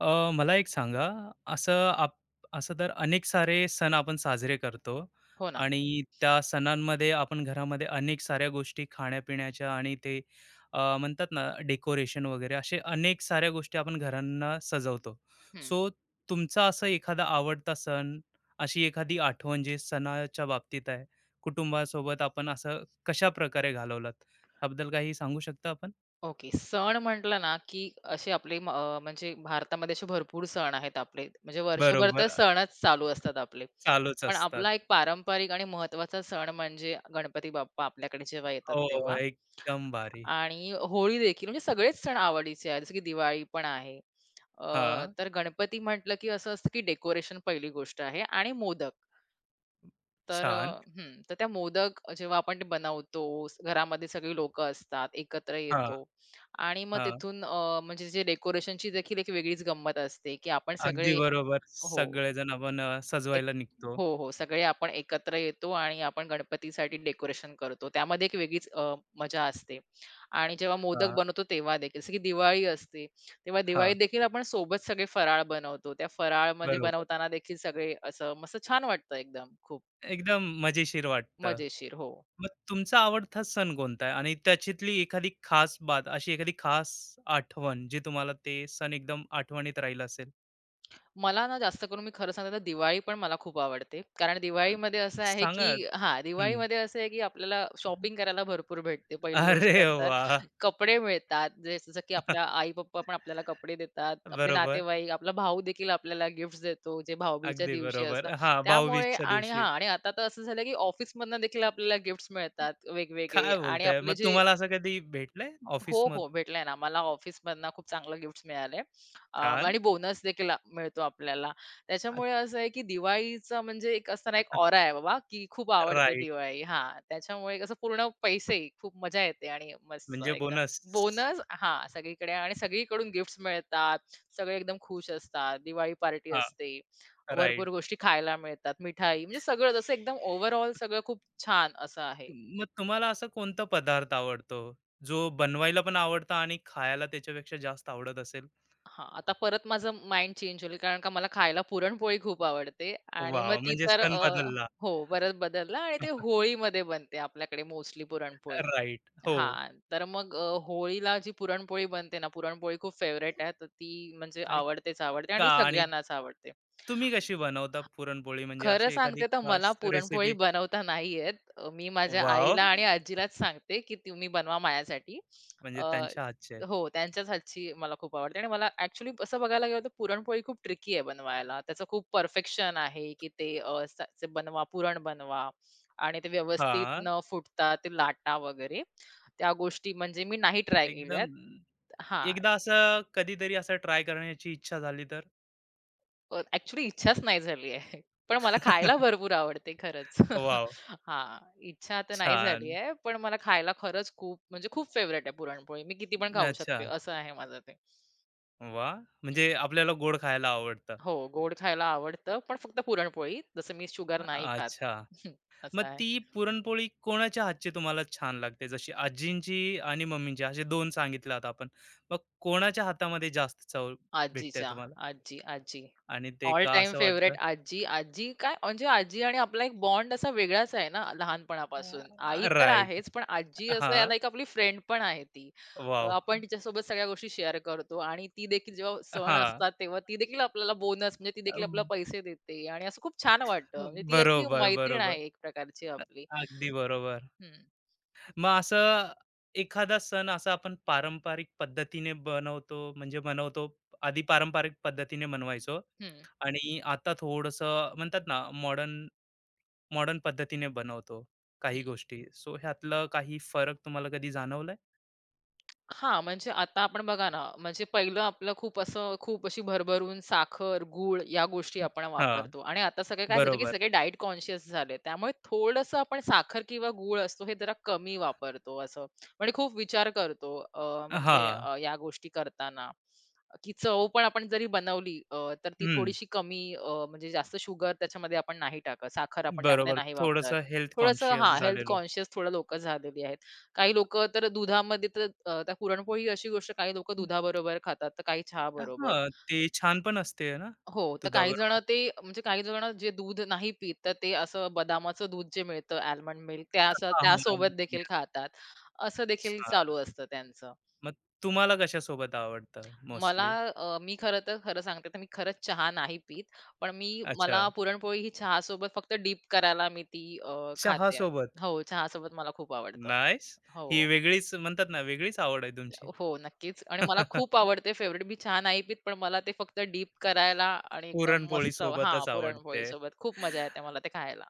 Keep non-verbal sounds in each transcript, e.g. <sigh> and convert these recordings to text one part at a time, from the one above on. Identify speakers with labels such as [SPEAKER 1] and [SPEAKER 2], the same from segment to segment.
[SPEAKER 1] मला एक सांगा, असं आप असं तर अनेक सारे सण आपण साजरे करतो
[SPEAKER 2] हो ना.
[SPEAKER 1] आणि त्या सणांमध्ये आपण घरामध्ये अनेक साऱ्या गोष्टी खाण्यापिण्याच्या आणि ते म्हणतात ना, डेकोरेशन वगैरे असे अनेक साऱ्या गोष्टी आपण घरांना सजवतो.
[SPEAKER 2] हं.
[SPEAKER 1] सो, तुमचा असा एखादा आवडता सण, अशी एखादी आठवण जे सणाच्या बाबतीत आहे, कुटुंबासोबत आपण असं कशाप्रकारे घालवलात? याबद्दल काही सांगू शकता आपण?
[SPEAKER 2] ओके. सण म्हटलं ना, की असे आपले म्हणजे भारतामध्ये असे भरपूर सण आहेत आपले. म्हणजे वर्षभर तर
[SPEAKER 1] बरोबर, असे
[SPEAKER 2] सणच चालू असतात आपले.
[SPEAKER 1] चालूच
[SPEAKER 2] पण
[SPEAKER 1] असतात.
[SPEAKER 2] आपला एक पारंपरिक आणि महत्त्वाचा सण म्हणजे गणपती बाप्पा आपल्याकडे जेव्हा येतात
[SPEAKER 1] हो,
[SPEAKER 2] तेव्हा.
[SPEAKER 1] एकदम भारी.
[SPEAKER 2] आणि होळी देखील म्हणजे सगळेच सण आवडीचे आहेत. जसं की दिवाळी पण आहे. अ,
[SPEAKER 1] हां,
[SPEAKER 2] तर गणपती म्हटलं, की असं असतं, की डेकोरेशन पहिली गोष्ट आहे आणि मोदक. तर
[SPEAKER 1] छान.
[SPEAKER 2] तर त्या मोदक जेव्हा आपण ते बनवतो, घरामध्ये सगळी लोकं असतात, एकत्र
[SPEAKER 1] हां,
[SPEAKER 2] येतो आणि मग
[SPEAKER 1] हां,
[SPEAKER 2] तिथून म्हणजे जे डेकोरेशनची देखील एक वेगळीच गंमत असते, की आपण
[SPEAKER 1] अगदी
[SPEAKER 2] सगळे
[SPEAKER 1] बरोबर.
[SPEAKER 2] हो,
[SPEAKER 1] सगळेजण आपण
[SPEAKER 2] एक
[SPEAKER 1] सजवायला निघतो.
[SPEAKER 2] हो, सगळे आपण एकत्र येतो आणि आपण गणपतीसाठी डेकोरेशन करतो. त्यामध्ये एक वेगळीच मजा असते आणि जेव्हा मोदक
[SPEAKER 1] हां,
[SPEAKER 2] बनवतो तेव्हा देखील, जसं की दिवाळी असते, तेव्हा दिवाळीत
[SPEAKER 1] हां,
[SPEAKER 2] देखील आपण सोबत सगळे फराळ बनवतो. त्या फराळमध्ये
[SPEAKER 1] बरोबर.
[SPEAKER 2] बनवताना देखील सगळे असं मस्त छान वाटतं एकदम खूप
[SPEAKER 1] एकदम मजेशीर वाटतं.
[SPEAKER 2] मजेशीर. हो.
[SPEAKER 1] मग तुमचा आवडता सण कोणता आहे? आणि त्याच्यातली एखादी खास बात, अशी एखादी खास आठवण जी तुम्हाला ते सण एकदम आठवणीत राहील असेल?
[SPEAKER 2] मला ना जास्त करून मी खरं सांगते तर दिवाळी पण मला खूप आवडते. कारण
[SPEAKER 1] अ,
[SPEAKER 2] दिवाळीमध्ये असं आहे
[SPEAKER 1] सांगा.
[SPEAKER 2] की हां,
[SPEAKER 1] हं.
[SPEAKER 2] दिवाळीमध्ये असं आहे की आपल्याला शॉपिंग करायला भरपूर भेटते पहिली गोष्ट
[SPEAKER 1] अरे
[SPEAKER 2] तर.
[SPEAKER 1] वा.
[SPEAKER 2] कपडे मिळतात जे जसं की आपल्या
[SPEAKER 1] <laughs>
[SPEAKER 2] आई-पप्पा पण आपल्याला कपडे देतात. आपले
[SPEAKER 1] बरोबर.
[SPEAKER 2] नातेवाईक, आपला भाऊ देखील आपल्याला गिफ्ट्स देतो जे भाऊबीजेच्या
[SPEAKER 1] अगदी
[SPEAKER 2] दिवशी असतं.
[SPEAKER 1] बरोबर. हां,
[SPEAKER 2] त्यामुळे
[SPEAKER 1] भाऊबीजच्या
[SPEAKER 2] आणि
[SPEAKER 1] दिवशी.
[SPEAKER 2] हां आणि आता तर असं झालं की ऑफिसमधनं देखील आपल्याला गिफ्ट्स मिळतात वेगवेगळे
[SPEAKER 1] काय
[SPEAKER 2] आणि
[SPEAKER 1] बोलताय?
[SPEAKER 2] आपले
[SPEAKER 1] मग
[SPEAKER 2] जे
[SPEAKER 1] तुम्हाला असं कधी भेटलंय
[SPEAKER 2] हो,
[SPEAKER 1] ऑफिसमधून?
[SPEAKER 2] हो. भेटलंय ना. मला ऑफिसमधनं खूप चांगलं गिफ्ट मिळाले.
[SPEAKER 1] छान.
[SPEAKER 2] आणि बोनस देखील मिळतो आपल्याला. त्याच्यामुळे असं आहे, की दिवाळीचं म्हणजे एक असताना एक ऑरा आहे बाबा, की खूप आवडते
[SPEAKER 1] राईट.
[SPEAKER 2] दिवाळी. हां, त्याच्यामुळे कसं पूर्ण पैसे खूप मजा येते आणि मस्त
[SPEAKER 1] म्हणजे
[SPEAKER 2] एकदा
[SPEAKER 1] बोनस.
[SPEAKER 2] बोनस हां, सगळीकडे आणि सगळीकडून गिफ्ट्स मिळतात. सगळे एकदम खुश असतात. दिवाळी पार्टी
[SPEAKER 1] हां,
[SPEAKER 2] असते. भरपूर
[SPEAKER 1] राईट.
[SPEAKER 2] गोष्टी खायला मिळतात. मिठाई म्हणजे सगळं जसं एकदम ओव्हरऑल सगळं खूप छान असं आहे.
[SPEAKER 1] मग तुम्हाला असा कोणता पदार्थ आवडतो, जो बनवायला पण आवडता आणि खायला त्याच्यापेक्षा जास्त आवडत असेल?
[SPEAKER 2] हां, आता परत माझं माइंड चेंज होईल कारण का मला खायला पुरणपोळी खूप आवडते आणि मग
[SPEAKER 1] वाव,
[SPEAKER 2] ती
[SPEAKER 1] म्हणजे
[SPEAKER 2] तर
[SPEAKER 1] सण बदलला.
[SPEAKER 2] हो, परत बदलला आणि ते
[SPEAKER 1] <laughs>
[SPEAKER 2] होळीमध्ये बनते आपल्याकडे मोस्टली पुरणपोळी.
[SPEAKER 1] राईट. हो.
[SPEAKER 2] हां, तर मग होळीला जी पुरणपोळी बनते ना, पुरणपोळी खूप फेवरेट आहे, तर ती म्हणजे
[SPEAKER 1] आणि
[SPEAKER 2] आवडतेच आवडते
[SPEAKER 1] का
[SPEAKER 2] आणि
[SPEAKER 1] आणि
[SPEAKER 2] सगळ्यांनाच आवडते.
[SPEAKER 1] तुम्ही कशी बनवता पुरणपोळी? म्हणजे
[SPEAKER 2] खरं
[SPEAKER 1] अशी एखादी
[SPEAKER 2] सांगते तर मला
[SPEAKER 1] खास
[SPEAKER 2] पुरणपोळी
[SPEAKER 1] रेसिपी?
[SPEAKER 2] बनवता नाही येत. मी माझ्या
[SPEAKER 1] वॉव!
[SPEAKER 2] आईला आणि आजीलाच सांगते, की तुम्ही बनवा माझ्यासाठी.
[SPEAKER 1] म्हणजे
[SPEAKER 2] अ,
[SPEAKER 1] त्यांच्या हातची आहे.
[SPEAKER 2] हो, त्यांच्याच हातची मला खूप आवडते आणि मला ॲक्चुअली असं बघायला गेलं तर पुरणपोळी खूप ट्रिकी आहे बनवायला. त्याचं खूप परफेक्शन आहे, की ते अ, स ते बनवा, पुरण बनवा आणि ते व्यवस्थित न फुटता ते लाटा वगैरे. त्या गोष्टी म्हणजे मी नाही ट्राय
[SPEAKER 1] एकदम
[SPEAKER 2] केल्यात. हां.
[SPEAKER 1] एकदा असं कधीतरी असं ट्राय करण्याची इच्छा झाली तर.
[SPEAKER 2] ॲक्चुअली इच्छाच नाही झाली आहे. पण मला खायला
[SPEAKER 1] <laughs>
[SPEAKER 2] भरपूर आवडते खरंच.
[SPEAKER 1] वॉव!
[SPEAKER 2] <laughs> हां, इच्छा तर नाही झाली
[SPEAKER 1] छान.
[SPEAKER 2] आहे, पण मला खायला खरंच खूप म्हणजे खूप फेव्हरेट आहे पुरणपोळी. मी किती पण खाऊ
[SPEAKER 1] अच्छा.
[SPEAKER 2] शकते, असं आहे माझं ते.
[SPEAKER 1] वाह!
[SPEAKER 2] हं.
[SPEAKER 1] म्हणजे आपल्याला गोड खायला आवडतं.
[SPEAKER 2] हो, गोड खायला आवडतं, पण फक्त पुरणपोळी. जसं मी शुगर नाही खात.
[SPEAKER 1] अच्छा.
[SPEAKER 2] <laughs>
[SPEAKER 1] मग
[SPEAKER 2] असं आहे.
[SPEAKER 1] ती पुरणपोळी कोणाच्या हातची तुम्हाला छान लागते? जशी आजींची आणि मम्मींची असे 2 सांगितले आता आपण. मग कोणाच्या हातामध्ये जास्त चव भेटते
[SPEAKER 2] आजीच्या.
[SPEAKER 1] तुम्हाला?
[SPEAKER 2] आजी.
[SPEAKER 1] आणि ते
[SPEAKER 2] ऑल
[SPEAKER 1] का
[SPEAKER 2] टाईम
[SPEAKER 1] असं
[SPEAKER 2] फेव्हरेट
[SPEAKER 1] वाटतं?
[SPEAKER 2] आजी. आजी काय म्हणजे आजी आणि आपला एक बॉन्ड असा वेगळाच आहे ना लहानपणापासून. आई तर
[SPEAKER 1] राइट.
[SPEAKER 2] आहेच, पण आजी असं
[SPEAKER 1] हां.
[SPEAKER 2] याला एक आपली फ्रेंड पण आहे ती.
[SPEAKER 1] वॉव!
[SPEAKER 2] आपण तिच्यासोबत सगळ्या गोष्टी शेअर करतो आणि ती देखील जेव्हा सण
[SPEAKER 1] हां.
[SPEAKER 2] असतात, तेव्हा ती देखील आपल्याला बोनस म्हणजे ती देखील आपल्याला पैसे देते आणि असं खूप छान वाटतं. म्हणजे ती अशी
[SPEAKER 1] बरोबर,
[SPEAKER 2] मैत्रीण आहे
[SPEAKER 1] बरोबर.
[SPEAKER 2] एक प्रकारची आपली.
[SPEAKER 1] अगदी बरोबर.
[SPEAKER 2] हं,
[SPEAKER 1] मग असं एखादा सण असा आपण पारंपरिक पद्धतीने बनवतो, म्हणजे बनवतो, आधी पारंपरिक पद्धतीने बनवायचो
[SPEAKER 2] हं,
[SPEAKER 1] आणि आता थोडंसं म्हणतात ना, मॉडर्न मॉडर्न पद्धतीने बनवतो काही
[SPEAKER 2] हं.
[SPEAKER 1] गोष्टी. सो, ह्यातलं काही फरक तुम्हाला कधी जाणवलाय?
[SPEAKER 2] हां, म्हणजे आता आपण बघा ना, म्हणजे पहिलं आपलं खूप असं खूप अशी भरभरून साखर, गूळ या गोष्टी
[SPEAKER 1] हं,
[SPEAKER 2] आपण
[SPEAKER 1] हा,
[SPEAKER 2] वापरतो आणि आता सगळे काय झालं, की
[SPEAKER 1] बरोबर.
[SPEAKER 2] सगळे डाएट कॉन्शियस झाले. त्यामुळे थोडंसं आपण साखर किंवा गूळ असतो हे जरा कमी वापरतो असं. म्हणजे खूप विचार करतो
[SPEAKER 1] हा,
[SPEAKER 2] म्हणजे या गोष्टी करताना, की चव पण आपण जरी बनवली तर ती
[SPEAKER 1] हम्म,
[SPEAKER 2] थोडीशी कमी म्हणजे जास्त शुगर त्याच्यामध्ये आपण नाही टाकत. साखर आपण त्यामध्ये
[SPEAKER 1] बरोबर.
[SPEAKER 2] नाही वापरत.
[SPEAKER 1] थोडंसं हेल्थ
[SPEAKER 2] थोडंसं
[SPEAKER 1] कॉन्शियस
[SPEAKER 2] हां, हेल्थ
[SPEAKER 1] झालेलं आहे.
[SPEAKER 2] कॉन्शियस थोडं लोकं झालेली आहेत. काही लोक तर दुधामध्ये तर त्या पुरणपोळी अशी गोष्ट काही लोकं दुधाबरोबर खातात, तर काही
[SPEAKER 1] हा,
[SPEAKER 2] चहाबरोबर.
[SPEAKER 1] ते छान पण असते ना,
[SPEAKER 2] हो, तर काही जण
[SPEAKER 1] दुधाबरोबर.
[SPEAKER 2] ते म्हणजे काही जण जे दूध नाही पीत, तर ते असं बदामाचं दूध जे मिळतं अल्मंड मिल्क त्या असं
[SPEAKER 1] हा, हा,
[SPEAKER 2] त्यासोबत देखील खातात. असं देखील
[SPEAKER 1] छान.
[SPEAKER 2] चालू असतं त्यांचं.
[SPEAKER 1] मग तुम्हाला कशा सोबत आवडतं
[SPEAKER 2] मला
[SPEAKER 1] मोस्टली?
[SPEAKER 2] मी खरं तर खरं सांगते तर मी खरंच चहा नाही पीत. पण मी
[SPEAKER 1] अच्छा.
[SPEAKER 2] मला पुरणपोळी ही चहासोबत फक्त डिप करायला मी ती
[SPEAKER 1] चहा
[SPEAKER 2] खाते.
[SPEAKER 1] सोबत.
[SPEAKER 2] हो, चहासोबत मला खूप आवडतं.
[SPEAKER 1] नाईस. ही
[SPEAKER 2] हो.
[SPEAKER 1] वेगळीच म्हणतात ना, वेगळीच आवड आहे तुमची.
[SPEAKER 2] हो, नक्कीच. आणि मला खूप
[SPEAKER 1] <laughs>
[SPEAKER 2] आवडते फेवरेट मी चहा नाही पीत, पण मला ते फक्त डीप करायला आणि एकदम
[SPEAKER 1] पुरणपोळी
[SPEAKER 2] मस्त हां,
[SPEAKER 1] सोबतच आवडते.
[SPEAKER 2] पुरणपोळीसोबत खूप मजा येते मला ते खायला.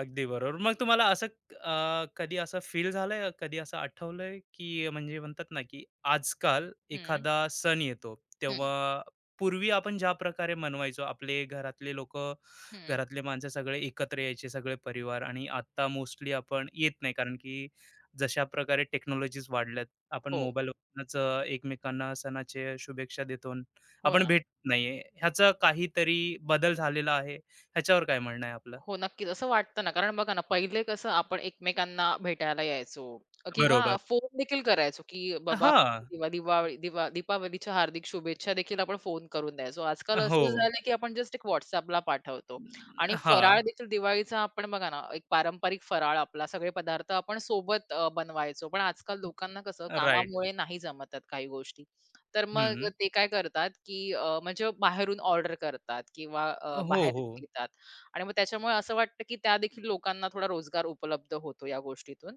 [SPEAKER 1] अगदी बरोबर. मग तुम्हाला असं कधी असं फील झालंय, कधी असं आठवलंय, की म्हणजे म्हणतात ना, की आजकाल
[SPEAKER 2] हं,
[SPEAKER 1] एखादा सण येतो,
[SPEAKER 2] हं,
[SPEAKER 1] तेव्हा पूर्वी आपण ज्या प्रकारे मनवायचो, आपले घरातले लोकं,
[SPEAKER 2] हं.
[SPEAKER 1] घरातले माणसं सगळे एकत्र यायचे, सगळे परिवार, आणि आता मोस्टली आपण येत नाही. कारण की जशा प्रकारे टेक्नॉलॉजीज वाढल्यात, आपण
[SPEAKER 2] हो,
[SPEAKER 1] मोबाईलवरूनच एकमेकांना सणाच्या शुभेच्छा देतो. अन
[SPEAKER 2] हो
[SPEAKER 1] आपण
[SPEAKER 2] ना.
[SPEAKER 1] भेटत नाहीये. ह्याचा काहीतरी बदल झालेला आहे. ह्याच्यावर काय म्हणणं आहे आपलं?
[SPEAKER 2] हो, नक्कीच. असं वाटतं ना, कारण बघा ना, पहिले कसं आपण एकमेकांना भेटायला यायचो किंवा
[SPEAKER 1] बरोबर.
[SPEAKER 2] फोन देखील करायचो, की बाबा
[SPEAKER 1] हा,
[SPEAKER 2] दिवा दिवाळी दिवा दीपावलीच्या हार्दिक शुभेच्छा देखील आपण फोन करून द्यायचो. आजकाल
[SPEAKER 1] हो.
[SPEAKER 2] असं झालं, की आपण जस्ट एक WhatsAppला पाठवतो आणि फराळ
[SPEAKER 1] हां,
[SPEAKER 2] देखील दिवाळीचा आपण बघा ना, एक पारंपरिक फराळ आपला सगळे पदार्थ आपण सोबत बनवायचो. पण आजकाल लोकांना कसं
[SPEAKER 1] राइट.
[SPEAKER 2] कामामुळे नाही जमत काही गोष्टी. तर मग
[SPEAKER 1] हं.
[SPEAKER 2] ते काय करतात, की म्हणजे बाहेरून ऑर्डर करतात किंवा
[SPEAKER 1] हो,
[SPEAKER 2] बाहेरून
[SPEAKER 1] हो.
[SPEAKER 2] घेतात. आणि मग त्याच्यामुळे असं वाटतं, की त्यादेखील लोकांना थोडा रोजगार उपलब्ध होतो या गोष्टीतून,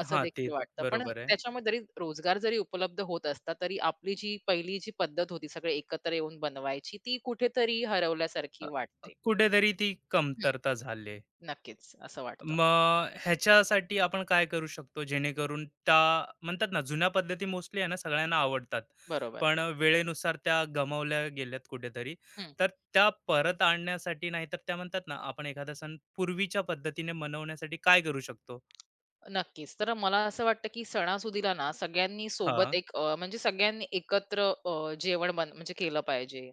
[SPEAKER 2] असं
[SPEAKER 1] हां, ते
[SPEAKER 2] देखील वाटतं. पण
[SPEAKER 1] बरोबर आहे.
[SPEAKER 2] त्याच्यामध्ये जरी रोजगार जरी उपलब्ध होत असता, तरी आपली जी पहिली जी पद्धत होती सगळे एकत्र येऊन बनवायची, ती कुठेतरी हरवल्यासारखी
[SPEAKER 1] अ, अ,
[SPEAKER 2] वाटते.
[SPEAKER 1] कुठेतरी ती
[SPEAKER 2] हं,
[SPEAKER 1] कमतरता झाली.
[SPEAKER 2] नक्कीच असं वाटतं.
[SPEAKER 1] मग ह्याच्यासाठी आपण काय करू शकतो जेणेकरून त्या म्हणतात ना, जुन्या पद्धती मोस्टली आहे ना, सगळ्यांना आवडतात.
[SPEAKER 2] बरोबर.
[SPEAKER 1] पण वेळेनुसार त्या गमावल्या गेल्यात कुठेतरी.
[SPEAKER 2] हं,
[SPEAKER 1] तर त्या परत आणण्यासाठी, नाहीतर त्या म्हणतात ना, आपण एखादा सण पूर्वीच्या पद्धतीने मनवण्यासाठी काय करू शकतो?
[SPEAKER 2] नक्कीच. तर मला असं वाटतं, की सणासुदीला ना सगळ्यांनी सोबत
[SPEAKER 1] हां.
[SPEAKER 2] एक म्हणजे सगळ्यांनी एकत्र जेवण म्हणजे केलं पाहिजे.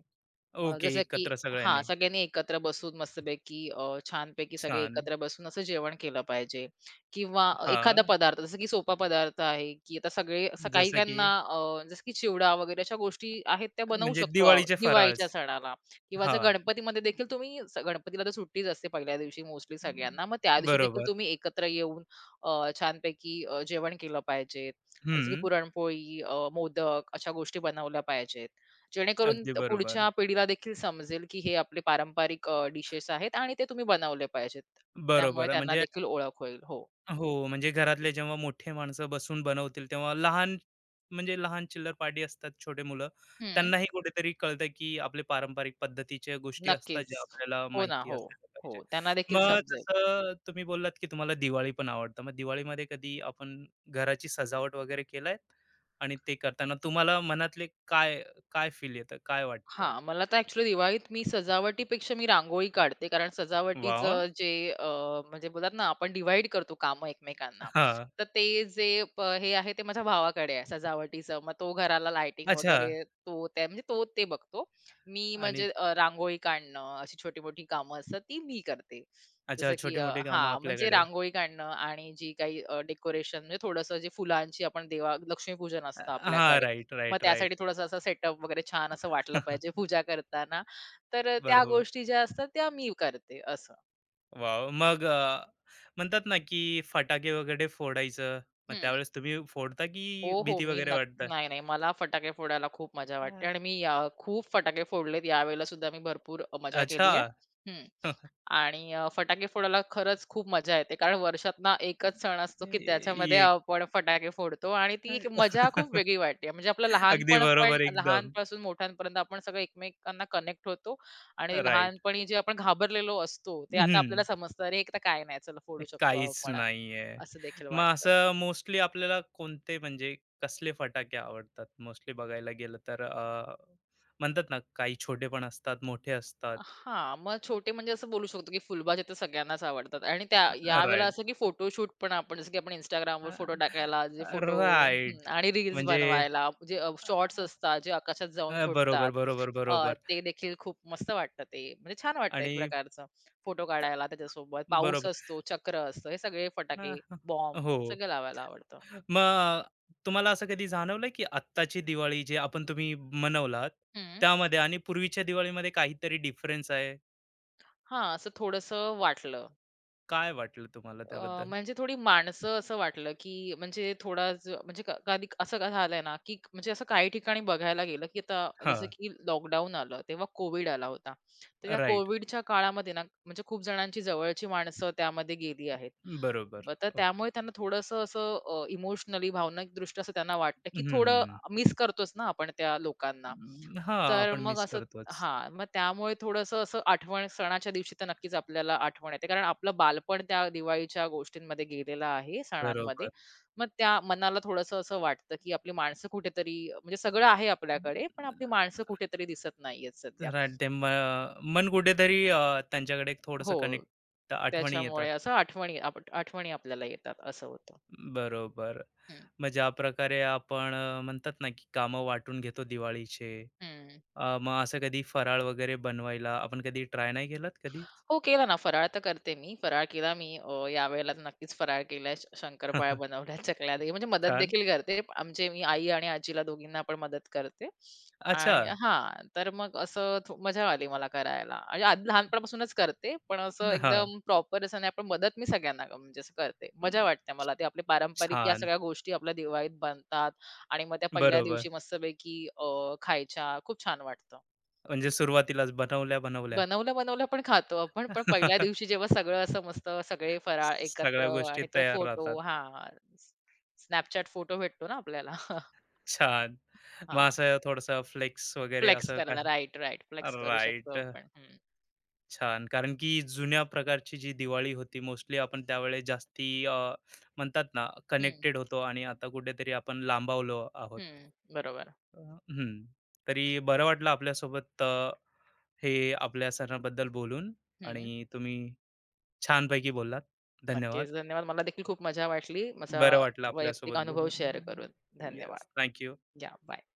[SPEAKER 1] ओके,
[SPEAKER 2] जसं की
[SPEAKER 1] एकत्र
[SPEAKER 2] हां,
[SPEAKER 1] सगळ्यांनी.
[SPEAKER 2] सगळ्यांनी एकत्र बसून मस्तपैकी छानपैकी सगळे
[SPEAKER 1] छान.
[SPEAKER 2] एकत्र बसून असं जेवण केलं पाहिजे किंवा एखादा
[SPEAKER 1] हां.
[SPEAKER 2] पदार्थ जसं की सोपा पदार्थ आहे, की आता सगळे असं काही
[SPEAKER 1] जसं की
[SPEAKER 2] काहींना जसं की चिवडा वगैरे अशा गोष्टी आहेत त्या बनवू
[SPEAKER 1] म्हणजे
[SPEAKER 2] शकतो आहो
[SPEAKER 1] दिवाळीचे
[SPEAKER 2] दिवाळीच्या
[SPEAKER 1] फराळच.
[SPEAKER 2] सणाला किंवा जर
[SPEAKER 1] हां.
[SPEAKER 2] गणपतीमध्ये देखील तुम्ही गणपतीला तर सुट्टीच असते पहिल्या दिवशी मोस्टली सगळ्यांना. मग त्या दिवशी देखील
[SPEAKER 1] बरोबर.
[SPEAKER 2] तुम्ही एकत्र येऊन छानपैकी जेवण केलं पाहिजे.
[SPEAKER 1] हं.
[SPEAKER 2] जसं की पुरणपोळी, मोदक अशा गोष्टी बनवल्या पाहिजेत. जेणेकरून
[SPEAKER 1] अगदी बरोबर.
[SPEAKER 2] पुढच्या पिढीला देखील समजेल, की हे आपले पारंपरिक डिशेस आहेत आणि ते तुम्ही बनवले पाहिजेत. त्यामुळे
[SPEAKER 1] बरोबर.
[SPEAKER 2] त्यांना
[SPEAKER 1] म्हणजे
[SPEAKER 2] देखील ओळख होईल. हो.
[SPEAKER 1] हो, म्हणजे घरातले जेव्हा मोठे माणसं बसून बनवतील, तेव्हा लहान, म्हणजे लहान चिल्लर पार्टी असतात, छोटे मुलं.
[SPEAKER 2] हं.
[SPEAKER 1] त्यांनाही कुठेतरी कळतं, की आपले पारंपरिक पद्धतीच्या गोष्टी असतात, ज्या
[SPEAKER 2] नक्कीच.
[SPEAKER 1] आपल्याला
[SPEAKER 2] हो ना.
[SPEAKER 1] माहिती
[SPEAKER 2] हो.
[SPEAKER 1] असायला
[SPEAKER 2] हो.
[SPEAKER 1] पाहिजे.
[SPEAKER 2] त्यांना देखील
[SPEAKER 1] मग
[SPEAKER 2] समजेल.
[SPEAKER 1] तसं तुम्ही बोललात, की तुम्हाला दिवाळी पण आवडतं. मग दिवाळीमध्ये कधी आपण घराची सजावट वगैरे केलाय? आणि ते करताना तुम्हाला मनातले काय काय फील येतं? काय वाटतं?
[SPEAKER 2] हां, मला तर ॲक्चुअली दिवाळीत मी सजावटीपेक्षा मी रांगोळी काढते. कारण
[SPEAKER 1] वाह! वाह!
[SPEAKER 2] सजावटीचं जे म्हणजे बोलतात ना, आपण डिवाइड करतो कामं एकमेकांना. तर ते जे हे आहे ते माझ्या भावाकडे आहे सजावटीचं. मग तो घराला लाइटिंग
[SPEAKER 1] अच्छा.
[SPEAKER 2] वगैरे तो त्या म्हणजे तो ते बघतो. मी
[SPEAKER 1] आणि
[SPEAKER 2] म्हणजे रांगोळी काढणं, अशी छोटी-मोठी कामं असतात ती मी करते.
[SPEAKER 1] अच्छा,
[SPEAKER 2] जसं की
[SPEAKER 1] छोटी-मोठी कामं
[SPEAKER 2] म्हणजे
[SPEAKER 1] आपल्याकडे.
[SPEAKER 2] रांगोळी काढणं आणि जी काही डेकोरेशन म्हणजे थोडंसं जे फुलांची आपण देवा लक्ष्मीपूजन
[SPEAKER 1] अ,
[SPEAKER 2] असतं
[SPEAKER 1] हां,
[SPEAKER 2] आपल्याकडे.
[SPEAKER 1] राइट,
[SPEAKER 2] मग
[SPEAKER 1] राइट,
[SPEAKER 2] त्यासाठी
[SPEAKER 1] राइट.
[SPEAKER 2] थोडंसं असं सेटअप वगैरे छान असं वाटलं
[SPEAKER 1] <laughs>
[SPEAKER 2] पाहिजे पूजा करताना. तर त्या
[SPEAKER 1] बरोबर.
[SPEAKER 2] गोष्टी ज्या असतात त्या मी करते असं.
[SPEAKER 1] वाव. मग म्हणतात ना, की फटाके वगैरे फोडायचं. मग
[SPEAKER 2] हं.
[SPEAKER 1] त्यावेळेस तुम्ही फोडता की
[SPEAKER 2] हो, हो.
[SPEAKER 1] भीती
[SPEAKER 2] मी
[SPEAKER 1] वगैरे
[SPEAKER 2] नक्क
[SPEAKER 1] वाटतं?
[SPEAKER 2] नाही, नाही. मला फटाके फोडायला खूप मजा वाटते
[SPEAKER 1] हां.
[SPEAKER 2] आणि मी या खूप फटाके फोडलेत. यावेळेला सुद्धा मी भरपूर मजा
[SPEAKER 1] अच्छा.
[SPEAKER 2] केली आहे. हं.
[SPEAKER 1] <laughs>
[SPEAKER 2] आणि फटाके फोडायला खरंच खूप मजा येते. कारण वर्षातनं एकच सण असतो, की त्याच्यामध्ये
[SPEAKER 1] ये.
[SPEAKER 2] आपण फटाके फोडतो आणि ती एक मजा खूप
[SPEAKER 1] <laughs>
[SPEAKER 2] वेगळी वाटते. म्हणजे आपलं
[SPEAKER 1] अगदी
[SPEAKER 2] लहानपण पण
[SPEAKER 1] बरोबर एकदम.
[SPEAKER 2] लहानपासून मोठ्यांपर्यंत आपण सगळे एकमेकांना कनेक्ट होतो आणि
[SPEAKER 1] राइट.
[SPEAKER 2] लहानपणी जे आपण घाबरलेलो असतो, ते आता
[SPEAKER 1] हं.
[SPEAKER 2] आपल्याला समजतं, "अरे, एक तर काय नाही, चला फोडू शकतो
[SPEAKER 1] काहीच
[SPEAKER 2] आपण."
[SPEAKER 1] नाहीये.
[SPEAKER 2] असं देखील
[SPEAKER 1] मग
[SPEAKER 2] वाटतं.
[SPEAKER 1] असं मोस्टली आपल्याला कोणते, म्हणजे कसले फटाके आवडतात? मोस्टली बघायला गेलं तर म्हणतात ना, काही छोटे पण असतात, मोठे असतात.
[SPEAKER 2] हां, मग छोटे म्हणजे असं बोलू शकतो, की फुलभाज्या तर सगळ्यांनाच आवडतात आणि त्या यावेळेला
[SPEAKER 1] राइट.
[SPEAKER 2] असं, की फोटोशूट पण आपण जसं, की आपण Instagramवर
[SPEAKER 1] अ,
[SPEAKER 2] फोटो टाकायला जे फोटो हं,
[SPEAKER 1] राइट.
[SPEAKER 2] आणि रील्स
[SPEAKER 1] म्हणजे
[SPEAKER 2] बनवायला जे
[SPEAKER 1] अ,
[SPEAKER 2] शॉर्ट्स असतात, जे आकाशात जाऊन
[SPEAKER 1] अ,
[SPEAKER 2] फुटतात.
[SPEAKER 1] बरोबर, बरोबर, बरोबर.
[SPEAKER 2] ते देखील खूप मस्त वाटतं ते. म्हणजे छान वाटतं एक
[SPEAKER 1] आणि
[SPEAKER 2] प्रकारचं फोटो
[SPEAKER 1] त
[SPEAKER 2] काढायला त्याच्यासोबत. पाऊस
[SPEAKER 1] बरोबर.
[SPEAKER 2] असतो, चक्र असतं, हे सगळे
[SPEAKER 1] हां,
[SPEAKER 2] फटाके,
[SPEAKER 1] हां.
[SPEAKER 2] बॉम्ब
[SPEAKER 1] हो.
[SPEAKER 2] सगळं लावायला आवडतं.
[SPEAKER 1] मग तुम्हाला असं कधी जाणवलं, की आत्ताची दिवाळी जे आपण तुम्ही मनवलात,
[SPEAKER 2] हं.
[SPEAKER 1] त्यामध्ये आणि पूर्वीच्या दिवाळीमध्ये काहीतरी डिफरन्स आहे?
[SPEAKER 2] हां, असं थोडंसं वाटलं.
[SPEAKER 1] काय वाटलं तुम्हाला त्याबद्दल?
[SPEAKER 2] म्हणजे थोडी माणसं असं वाटलं, की म्हणजे थोडा ज म्हणजे कधी असं का झालंय ना, की म्हणजे असं काही ठिकाणी बघायला गेलं, की आता जसं
[SPEAKER 1] हां,
[SPEAKER 2] की लॉकडाऊन आलं, तेव्हा कोविड आला होता. तर त्या
[SPEAKER 1] राइट.
[SPEAKER 2] कोविडच्या काळामध्ये ना, म्हणजे खूप जणांची जवळची माणसं त्यामध्ये गेली आहेत.
[SPEAKER 1] बरोबर.
[SPEAKER 2] तर
[SPEAKER 1] हो.
[SPEAKER 2] त्यामुळे त्यांना थोडंसं असं इमोशनली भावनिकदृष्ट्या असं त्यांना वाटतं, की थोडं
[SPEAKER 1] हं.
[SPEAKER 2] मिस करतोच ना आपण त्या लोकांना.
[SPEAKER 1] हां,
[SPEAKER 2] तर
[SPEAKER 1] आपण
[SPEAKER 2] मग
[SPEAKER 1] मिस
[SPEAKER 2] असं
[SPEAKER 1] करतोच.
[SPEAKER 2] हां, मग त्यामुळे थोडंसं असं आठवण सणाच्या दिवशी तर नक्कीच आपल्याला आठवण येते. कारण आपलं बालपण त्या दिवाळीच्या गोष्टींमध्ये गेलेलं आहे, सणांमध्ये.
[SPEAKER 1] बरोबर.
[SPEAKER 2] मग त्या मनाला थोडंसं असं वाटतं, की आपली माणसं कुठेतरी म्हणजे सगळं आहे आपल्याकडे, पण आपली माणसं कुठेतरी दिसत नाहीयेत सध्या.
[SPEAKER 1] राईट, ते म मन कुठेतरी त्यांच्याकडे एक
[SPEAKER 2] हो.
[SPEAKER 1] थोडंसं कनेक्ट, आठवणी येतात.
[SPEAKER 2] त्याच्यामुळे असं आठवणी आपल्याला येतात, असं होतं.
[SPEAKER 1] बरोबर.
[SPEAKER 2] हं,
[SPEAKER 1] मग ज्या प्रकारे आपण म्हणतात ना, की कामं वाटून घेतो दिवाळीचे.
[SPEAKER 2] हं.
[SPEAKER 1] मग असं कधी फराळ वगैरे बनवायला आपण कधी ट्राय नाही केलात कधी?
[SPEAKER 2] हो, केला ना फराळ तर करते मी. फराळ केला मी यावेळेला तर नक्कीच फराळ केलाय. शंकरपाळ्या
[SPEAKER 1] <laughs>
[SPEAKER 2] बनवल्या, <laughs> चकल्या दही म्हणजे मदत
[SPEAKER 1] छान.
[SPEAKER 2] देखील करते. आमचे मी आई आणि आजीला दोघींना पण मदत करते.
[SPEAKER 1] अच्छा.
[SPEAKER 2] आणि हां, तर मग असं थो मजा आली मला करायला. आणि आधी लहानपणापासूनच करते, पण असं
[SPEAKER 1] हां.
[SPEAKER 2] एकदम प्रॉपर असं नाही, पण मदत मी सगळ्यांना म्हणजे असं करते. मजा वाटते मला. ते आपले पारंपरिक या
[SPEAKER 1] छान.
[SPEAKER 2] सगळ्या गोष्टी आपल्या दिवाळीत बनतात आणि मग त्या पहिल्या दिवशी
[SPEAKER 1] बरोबर.
[SPEAKER 2] मस्तपैकी खायच्या. खूप छान वाटतं.
[SPEAKER 1] म्हणजे सुरुवातीलाच बनवल्या-बनवल्या.
[SPEAKER 2] बनवलं-बनवलं पण खातो आपण. पण पहिल्या दिवशी
[SPEAKER 1] <laughs>
[SPEAKER 2] जेव्हा सगळं असं मस्त सगळे फराळ
[SPEAKER 1] सगळ्या
[SPEAKER 2] एकत्र
[SPEAKER 1] गोष्टी
[SPEAKER 2] आणि तो
[SPEAKER 1] तयार
[SPEAKER 2] फोटो
[SPEAKER 1] राहतात.
[SPEAKER 2] हां. Snapchat फोटो भेटतो ना आपल्याला. <laughs>
[SPEAKER 1] छान. मग
[SPEAKER 2] हां.
[SPEAKER 1] असं थोडंसं फ्लेक्स वगैरे
[SPEAKER 2] फ्लेक्स
[SPEAKER 1] असं
[SPEAKER 2] करायला.
[SPEAKER 1] काही.
[SPEAKER 2] राइट. फ्लेक्स करू शकतो
[SPEAKER 1] राईट.
[SPEAKER 2] आपण.
[SPEAKER 1] छान. कारण की जुन्या प्रकारची जी दिवाळी होती, मोस्टली आपण त्यावेळेस जास्ती म्हणतात ना,
[SPEAKER 2] हं,
[SPEAKER 1] कनेक्टेड होतो आणि आता कुठेतरी आपण लांबावलो आहोत.
[SPEAKER 2] हं. बरोबर.
[SPEAKER 1] अ, हं. तरी बरं वाटलं आपल्यासोबत, हे आपल्या सणाबद्दल बोलून,
[SPEAKER 2] हं.
[SPEAKER 1] आणि तुम्ही छानपैकी बोललात. धन्यवाद.
[SPEAKER 2] नक्कीच. धन्यवाद. मला देखील खूप मजा वाटली. माझा
[SPEAKER 1] बरं वाटलं
[SPEAKER 2] वैयक्तिक
[SPEAKER 1] आपल्यासोबत
[SPEAKER 2] अनुभव
[SPEAKER 1] बोलून.
[SPEAKER 2] शेअर करून. धन्यवाद.
[SPEAKER 1] येस. Thank
[SPEAKER 2] you. बाय.